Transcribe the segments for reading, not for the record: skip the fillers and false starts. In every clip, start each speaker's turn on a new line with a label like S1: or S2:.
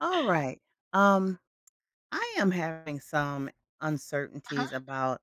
S1: All right. Um, I am having some
S2: Uh-huh.
S1: uncertainties about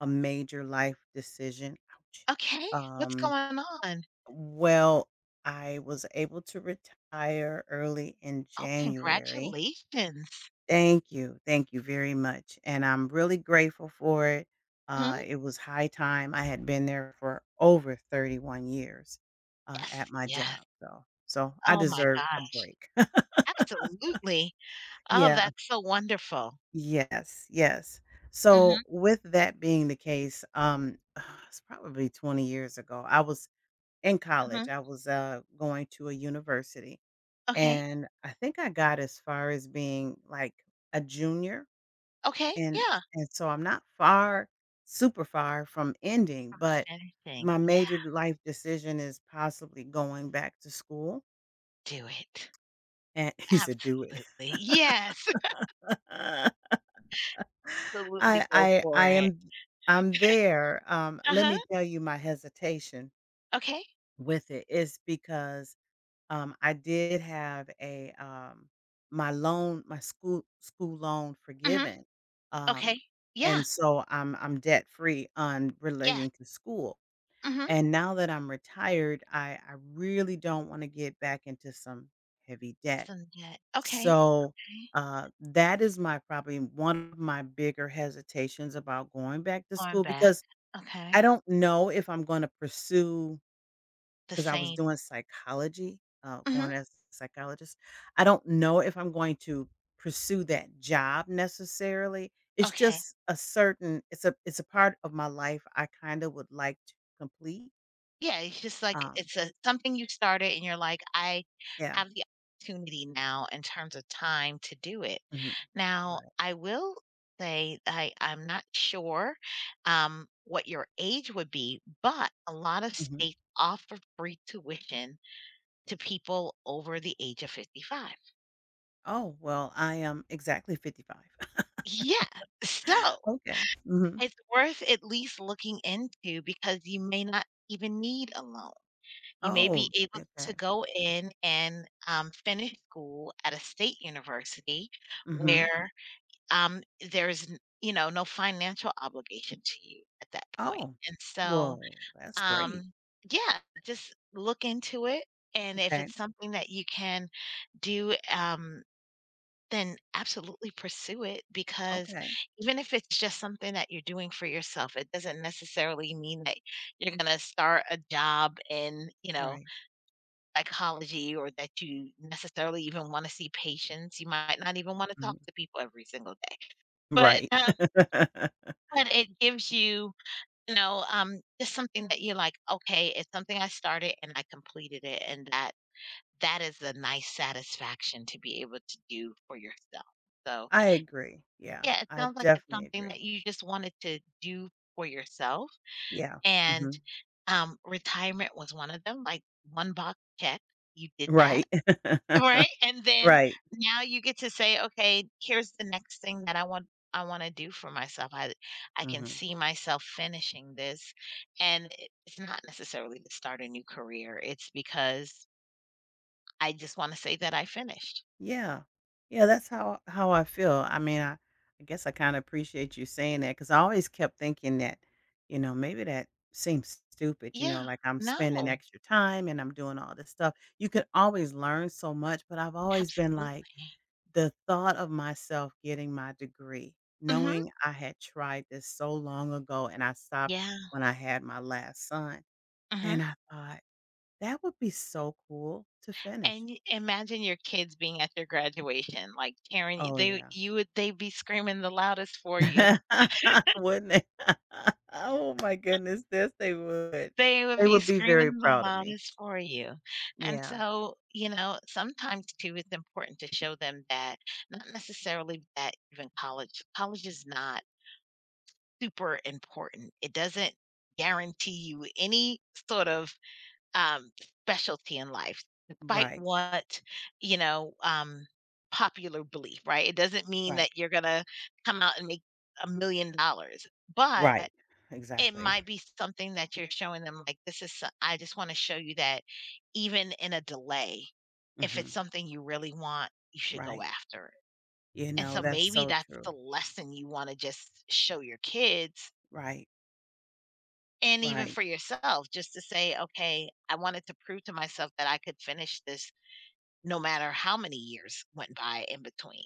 S1: a major life decision. Ouch.
S2: Okay. What's
S1: Um,
S2: going on?
S1: well, I was able to retire early in
S2: Oh,
S1: January.
S2: congratulations.
S1: Thank you. Thank you very much. And I'm really grateful for it.
S2: Mhm.
S1: It was high time. I had been there for over 31 years at
S2: Yes,
S1: my
S2: yes.
S1: job. So I
S2: Oh my
S1: deserved a
S2: gosh.
S1: break.
S2: Absolutely. Oh,
S1: yeah.
S2: that's so wonderful.
S1: Yes, yes. So
S2: Mhm,
S1: with that being the case, it's probably 20 years ago. I was in college.
S2: mhm.
S1: I was going to a university,
S2: Okay,
S1: and I think I got as far as being like a junior,
S2: okay,
S1: and
S2: yeah.
S1: so I'm not far, super far from ending, but
S2: Anything.
S1: my
S2: Yeah,
S1: major life decision is possibly going back to school.
S2: do it.
S1: And he said, "Do it."
S2: Absolutely. Yes. Absolutely
S1: I
S2: go
S1: I
S2: for
S1: I
S2: it.
S1: am I'm there. Let
S2: Uh-huh.
S1: me tell you my hesitation
S2: Okay.
S1: with it is because I did have a my loan, my school loan
S2: Mhm.
S1: forgiven, um,
S2: Okay. Yeah.
S1: and so I'm debt free on
S2: Yes.
S1: relating to school.
S2: Mhm.
S1: And now that I'm retired, I really don't want to get back into some heavy debt.
S2: Send it. Okay.
S1: So,
S2: Okay.
S1: that is my probably one of my bigger hesitations about going back to
S2: Going
S1: school
S2: back.
S1: because I
S2: Okay.
S1: don't know if I'm gonna pursue
S2: The
S1: because I was doing
S2: same.
S1: psychology,
S2: Mhm.
S1: going as a psychologist. I don't know if I'm going to pursue that job necessarily. It's
S2: Okay.
S1: just a certain it's a part of my life I kinda would like to complete.
S2: Yeah, it's just like
S1: Um,
S2: it's a something you started and you're like, "I
S1: yeah.
S2: have the opportunity now in terms of time to do it."
S1: Mhm.
S2: Now,
S1: Right.
S2: I will say I'm not sure, what your age would be, but a lot of
S1: Mhm.
S2: states offer free tuition to people over the age of 55.
S1: Oh, well, I am exactly 55.
S2: Yeah, so
S1: Okay. Mhm.
S2: it's worth at least looking into because you may not even need a loan. You may be
S1: Oh,
S2: able to
S1: okay.
S2: go in and, finish school at a state university
S1: Mhm.
S2: where, um, there's, n you know, no financial obligation to you at that point.
S1: Oh,
S2: And so,
S1: whoa, that's great.
S2: um, yeah, just look into it, and if
S1: Okay,
S2: it's something that you can do, then absolutely pursue it because
S1: okay.
S2: even if it's just something that you're doing for yourself, it doesn't necessarily mean that you're gonna start a job in, you know,
S1: Right.
S2: psychology or that you necessarily even wanna see patients. You might not even wanna
S1: Mm,
S2: talk to people every single day. But,
S1: right.
S2: um, but it gives you, you know, just something that you're like, "Okay, it's something I started and I completed it," and that is a nice satisfaction to be able to do for yourself. So,
S1: I agree. Yeah,
S2: yeah, it
S1: I
S2: sounds like it's
S1: definitely
S2: something that
S1: agree.
S2: you just wanted to do for yourself,
S1: Yeah.
S2: and,
S1: Mhm.
S2: retirement was one of them, like, 1 box check, you did that.
S1: Right.
S2: Right? And then
S1: Right.
S2: now you get to say, "Okay, here's the next thing that I wanna do for myself. I can
S1: Mhm.
S2: see myself finishing this." And it's not necessarily to start a new career, it's because I just wanna say that I finished.
S1: Yeah. Yeah, that's how I feel. I mean, I guess I kinda appreciate you saying that because I always kept thinking that, you know, maybe that seems stupid, you know,
S2: Yeah.
S1: like I'm spending
S2: No.
S1: extra time and I'm doing all this stuff. You can always learn so much, but I've always been like,
S2: Absolutely.
S1: the thought of myself getting my degree,
S2: Mhm.
S1: knowing I had tried this so long ago and I stopped
S2: Yeah.
S1: when I had my last son, and
S2: Mhm.
S1: I thought, that would be so cool to finish.
S2: And y imagine your kids being at your graduation, like, tearing you
S1: Oh,
S2: they
S1: yeah.
S2: you would they'd be screaming the loudest for you.
S1: Wouldn't they? Oh my goodness, yes, they would.
S2: They would
S1: They
S2: be
S1: would be very
S2: screaming the
S1: proud of me.
S2: loudest for you, and
S1: Yeah,
S2: so, you know, sometimes too, it's important to show them that not necessarily that even college is not super important. It doesn't guarantee you any sort of, um, specialty in life, despite
S1: right,
S2: what, you know, popular belief, right? It doesn't mean
S1: right,
S2: that you're gonna come out and make $1,000,000,
S1: right,
S2: but it
S1: exactly.
S2: might be something that you're showing them, like, "This is so I just wanna show you that even in a delay, if it's
S1: Mhm,
S2: something you really want, you should go
S1: right.
S2: after it."
S1: You
S2: And
S1: know,
S2: so
S1: that's
S2: maybe
S1: so
S2: that's the
S1: true.
S2: lesson you wanna just show your kids,
S1: Right,
S2: and even
S1: right.
S2: for yourself, just to say, "Okay, I wanted to prove to myself that I could finish this no matter how many years went by in between."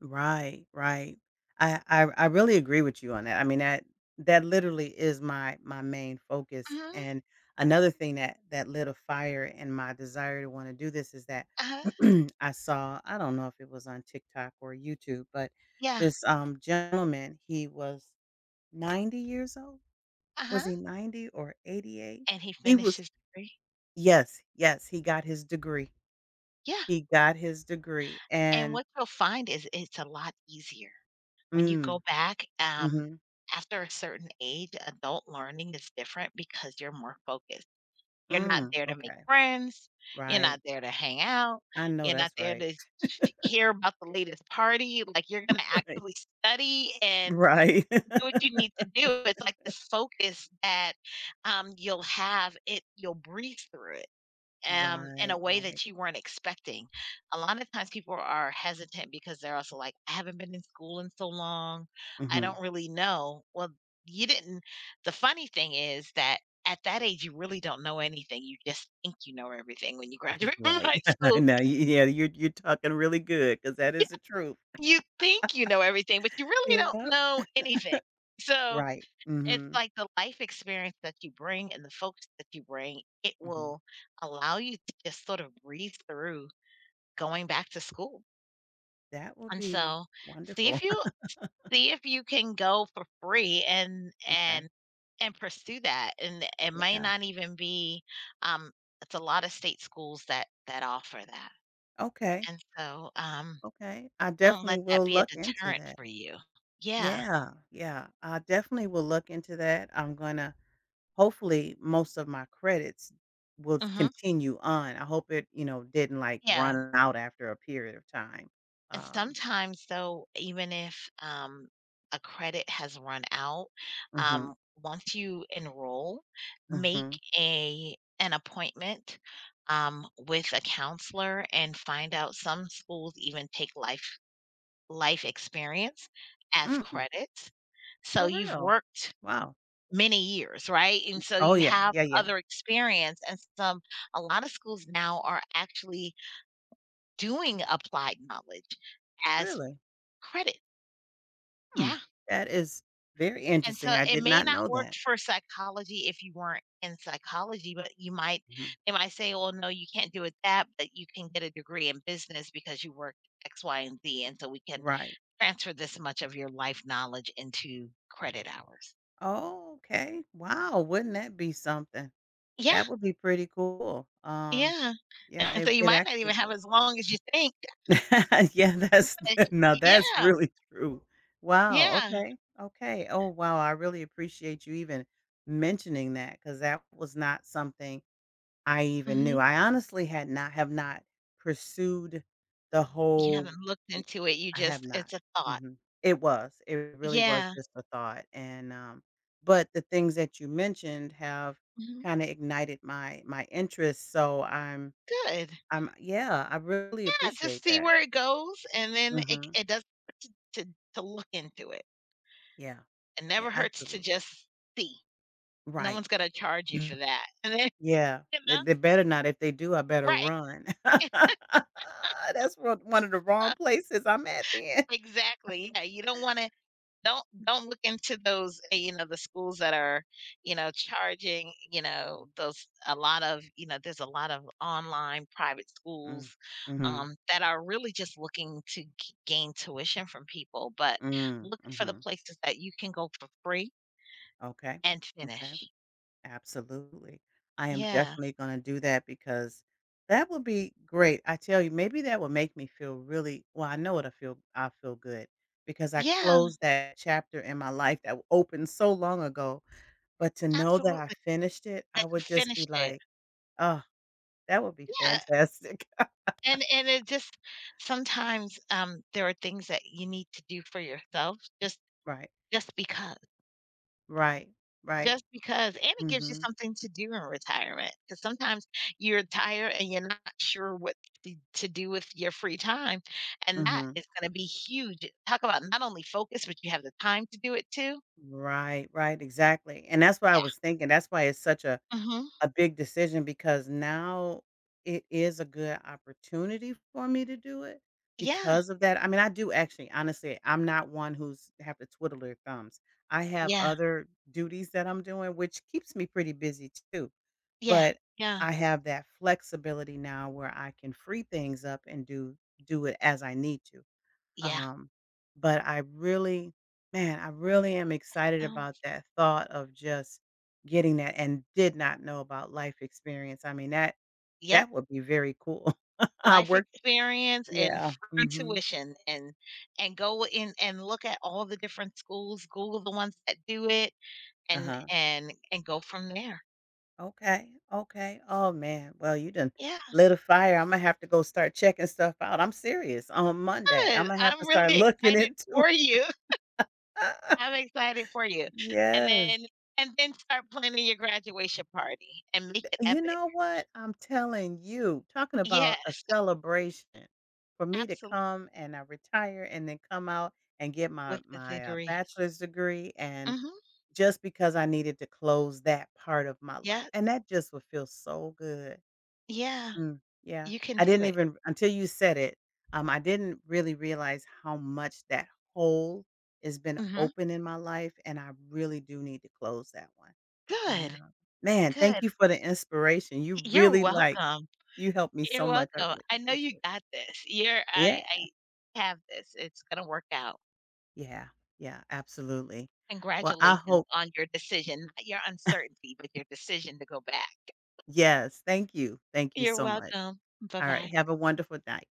S1: Right, right. I, I really agree with you on that. I mean that that literally is my my main focus.
S2: Mhm,
S1: And another thing that that lit a fire in my desire to want to do this is that
S2: uh-huh,
S1: I saw I don't know if it was on TikTok or YouTube, but
S2: yeah,
S1: this gentleman he was 90 years old. Was
S2: uh-huh,
S1: he 90 or 88?
S2: and he
S1: He
S2: finished
S1: was
S2: his degree.
S1: yes, yes. He got his degree.
S2: Yeah,
S1: He got his degree,
S2: and
S1: and
S2: what you'll find is it's a lot easier. When you
S1: mm,
S2: go back,
S1: mm-hmm,
S2: after a certain age, adult learning is different because you're more focused. You're not
S1: mm,
S2: there to make
S1: okay.
S2: friends. You're
S1: Right.
S2: not there to hang out.
S1: I know
S2: You're not
S1: that's
S2: there
S1: right.
S2: to hear about the latest party. Like, you're going to actively study and
S1: Right. Right.
S2: do what you need to do. It's like this focus that you'll have it, you'll breathe through it in
S1: Right,
S2: a way
S1: right.
S2: that you weren't expecting. A lot of times people are hesitant because they're also like, I haven't been in school in so long. I
S1: Mhm.
S2: don't really know. Well, you didn't. The funny thing is that at that age, you really don't know anything. You just think you know everything when you
S1: He
S2: graduate from
S1: right.
S2: high school.
S1: Now, y yeah, you're talking really good because that
S2: Yeah,
S1: is the truth.
S2: you think you know everything, but you really don't
S1: Yep.
S2: know anything. So
S1: Right.
S2: it's
S1: Mhm.
S2: like the life experience that you bring and the folks that you bring, it
S1: Mhm.
S2: will allow you to just sort of breeze through going back to school.
S1: That would
S2: And
S1: be
S2: so, see if
S1: wonderful.
S2: you see if you can go for free and
S1: Okay.
S2: and and pursue that. And it may
S1: Yeah.
S2: not even be um it's a lot of state schools that offer that.
S1: Okay.
S2: And so,
S1: Okay. I
S2: don't
S1: definitely
S2: let that
S1: will
S2: be a
S1: look into
S2: deterrent
S1: that.
S2: for you. Yeah.
S1: Yeah. Yeah. I definitely will look into that. I'm gonna hopefully most of my credits will
S2: Mhm.
S1: continue on. I hope it, you know, didn't like
S2: Yeah.
S1: run out after a period of time.
S2: And
S1: Um,
S2: sometimes though, even if, a credit has run out, um,
S1: mhm,
S2: once you enroll, make
S1: mhm.
S2: a an appointment, with a counselor and find out some schools even take life experience as
S1: Mm,
S2: credits. So
S1: for
S2: you've
S1: real?
S2: worked
S1: Wow.
S2: many years, right? And so
S1: Oh,
S2: you
S1: yeah,
S2: have
S1: yeah, yeah.
S2: other experience and some a lot of schools now are actually doing applied knowledge as
S1: Really?
S2: credit.
S1: Hmm,
S2: Yeah.
S1: that is very
S2: And
S1: interesting.
S2: so
S1: I
S2: it
S1: did
S2: may
S1: not know
S2: not work
S1: that.
S2: for psychology if you weren't in psychology, but you might
S1: Mhm.
S2: they might say, "Well, no, you can't do it that, but you can get a degree in business because you worked X, Y, and Z, and so we can
S1: Right.
S2: transfer this much of your life knowledge into credit hours."
S1: Oh, okay. Wow, wouldn't that be something?
S2: Yeah,
S1: That would be pretty cool.
S2: yeah.
S1: Yeah,
S2: And so
S1: it,
S2: you
S1: it
S2: might not
S1: actually
S2: even have
S1: would.
S2: as long as you think.
S1: Yeah, that's
S2: But
S1: now that's
S2: Yeah,
S1: really true. Wow,
S2: yeah.
S1: okay, okay. Oh, wow, I really appreciate you even mentioning that because that was not something I even knew.
S2: Mhm.
S1: I honestly had not have not pursued the
S2: You
S1: whole
S2: haven't looked
S1: i
S2: into it, you
S1: I have
S2: just
S1: not.
S2: it's a thought.
S1: Mhm. It was. It really was
S2: Yeah.
S1: just a thought, and, but the things that you mentioned have
S2: Mhm.
S1: kinda ignited my my interest, so I'm
S2: Good.
S1: I'm yeah, I really
S2: Yeah, just
S1: appreciate
S2: see
S1: that.
S2: where it goes, and then it
S1: Mhm.
S2: it doesn't hurt to to to look into it.
S1: Yeah,
S2: It
S1: yeah,
S2: never hurts to
S1: absolutely.
S2: just see. No
S1: Right.
S2: one's gonna charge you for
S1: Mm,
S2: that. And then,
S1: yeah,
S2: you know
S1: they better not. If they do, I better
S2: Right.
S1: run. That's one of the wrong
S2: Huh,
S1: places I'm at then.
S2: exactly, yeah, you don't wanna don't look into those, you know, the schools that are, you know, charging, you know, those a lot of you know, there's a lot of online private
S1: Mm,
S2: schools,
S1: mhm,
S2: that are really just looking to g gain tuition from people, but
S1: mm,
S2: looking for the
S1: mhm.
S2: places that you can go for free
S1: Okay,
S2: And
S1: okay.
S2: finish.
S1: Absolutely. I am
S2: Yeah.
S1: definitely gonna do that because that would be great. I tell you, maybe that would make me feel really well, I know it'll feel I'll feel good because I
S2: Yeah,
S1: closed that chapter in my life that opened so long ago, but to know that I
S2: absolutely.
S1: finished it, I
S2: Like, you
S1: would just be
S2: finished it.
S1: like, "Oh, that would be
S2: Yeah,
S1: fantastic."
S2: and it just sometimes, there are things that you need to do for yourself
S1: Right.
S2: just because.
S1: Right. Right.
S2: Just because, and it gives you
S1: Mhm.
S2: something to do in retirement. Because sometimes you're tired and you're not sure what t to do with your free time, and that
S1: Mhm.
S2: is gonna be huge. Talk about not only focus, but you have the time to do it too.
S1: Right, right, exactly, and that's what I was thinking, that's why it's such a
S2: Yeah. Mhm.
S1: A big decision because now it is a good opportunity for me to do it
S2: Yeah.
S1: because of that. I mean, I do actually honestly, I'm not one who's have to twiddle their thumbs. I have
S2: Yeah.
S1: other duties that I'm doing, which keeps me pretty busy too.
S2: Yeah.
S1: But
S2: Yeah.
S1: I have that flexibility now where I can free things up and do it as I need to.
S2: Yeah.
S1: Um, but I really man, I really am excited
S2: Um,
S1: about that thought of just getting that and did not know about life experience. I mean, that
S2: yep.
S1: that would be very cool. I
S2: Life
S1: worked
S2: experience and
S1: yeah.
S2: free
S1: Mhm.
S2: tuition and go in and look at all the different schools, Google the ones that do it and
S1: Uh-huh.
S2: and and go from there.
S1: Okay. Okay. Oh man. Well, you done
S2: Yeah,
S1: lit a fire. I'm gonna have to go start checking stuff out. I'm serious. On Monday, I'm
S2: good.
S1: gonna have to
S2: I'm
S1: start
S2: really
S1: looking
S2: excited
S1: into
S2: for you. I'm excited for you. And
S1: yes.
S2: then start planning your graduation party and make it
S1: You
S2: epic.
S1: know what? I'm telling you, talking about a
S2: Yes,
S1: celebration for me to
S2: absolutely
S1: come and I retire and then come out and get my
S2: with a
S1: my
S2: degree.
S1: bachelor's degree and
S2: Mhm.
S1: just because I needed to close that part of my life.
S2: Yeah.
S1: And that just would feel so good.
S2: Yeah,
S1: Mm, yeah.
S2: you can
S1: I
S2: do
S1: didn't
S2: it.
S1: even until you said it, I didn't really realize how much that hole has been
S2: Mhm.
S1: open in my life, and I really do need to close that one. And,
S2: Good.
S1: man, thank
S2: Good.
S1: you for the inspiration. You
S2: You're
S1: really, like
S2: welcome.
S1: you helped me
S2: You're
S1: so much. I
S2: welcome.
S1: really
S2: I know you
S1: appreciate it.
S2: got this. You're
S1: Yeah.
S2: I have this. It's gonna work out.
S1: Yeah. Yeah, absolutely. Well, I
S2: Congratulations
S1: hope
S2: on your decision, not your uncertainty, but your decision to go back.
S1: yes, thank you. Thank you
S2: You're
S1: so much.
S2: welcome.
S1: All right.
S2: Bye-bye.
S1: Have a wonderful night.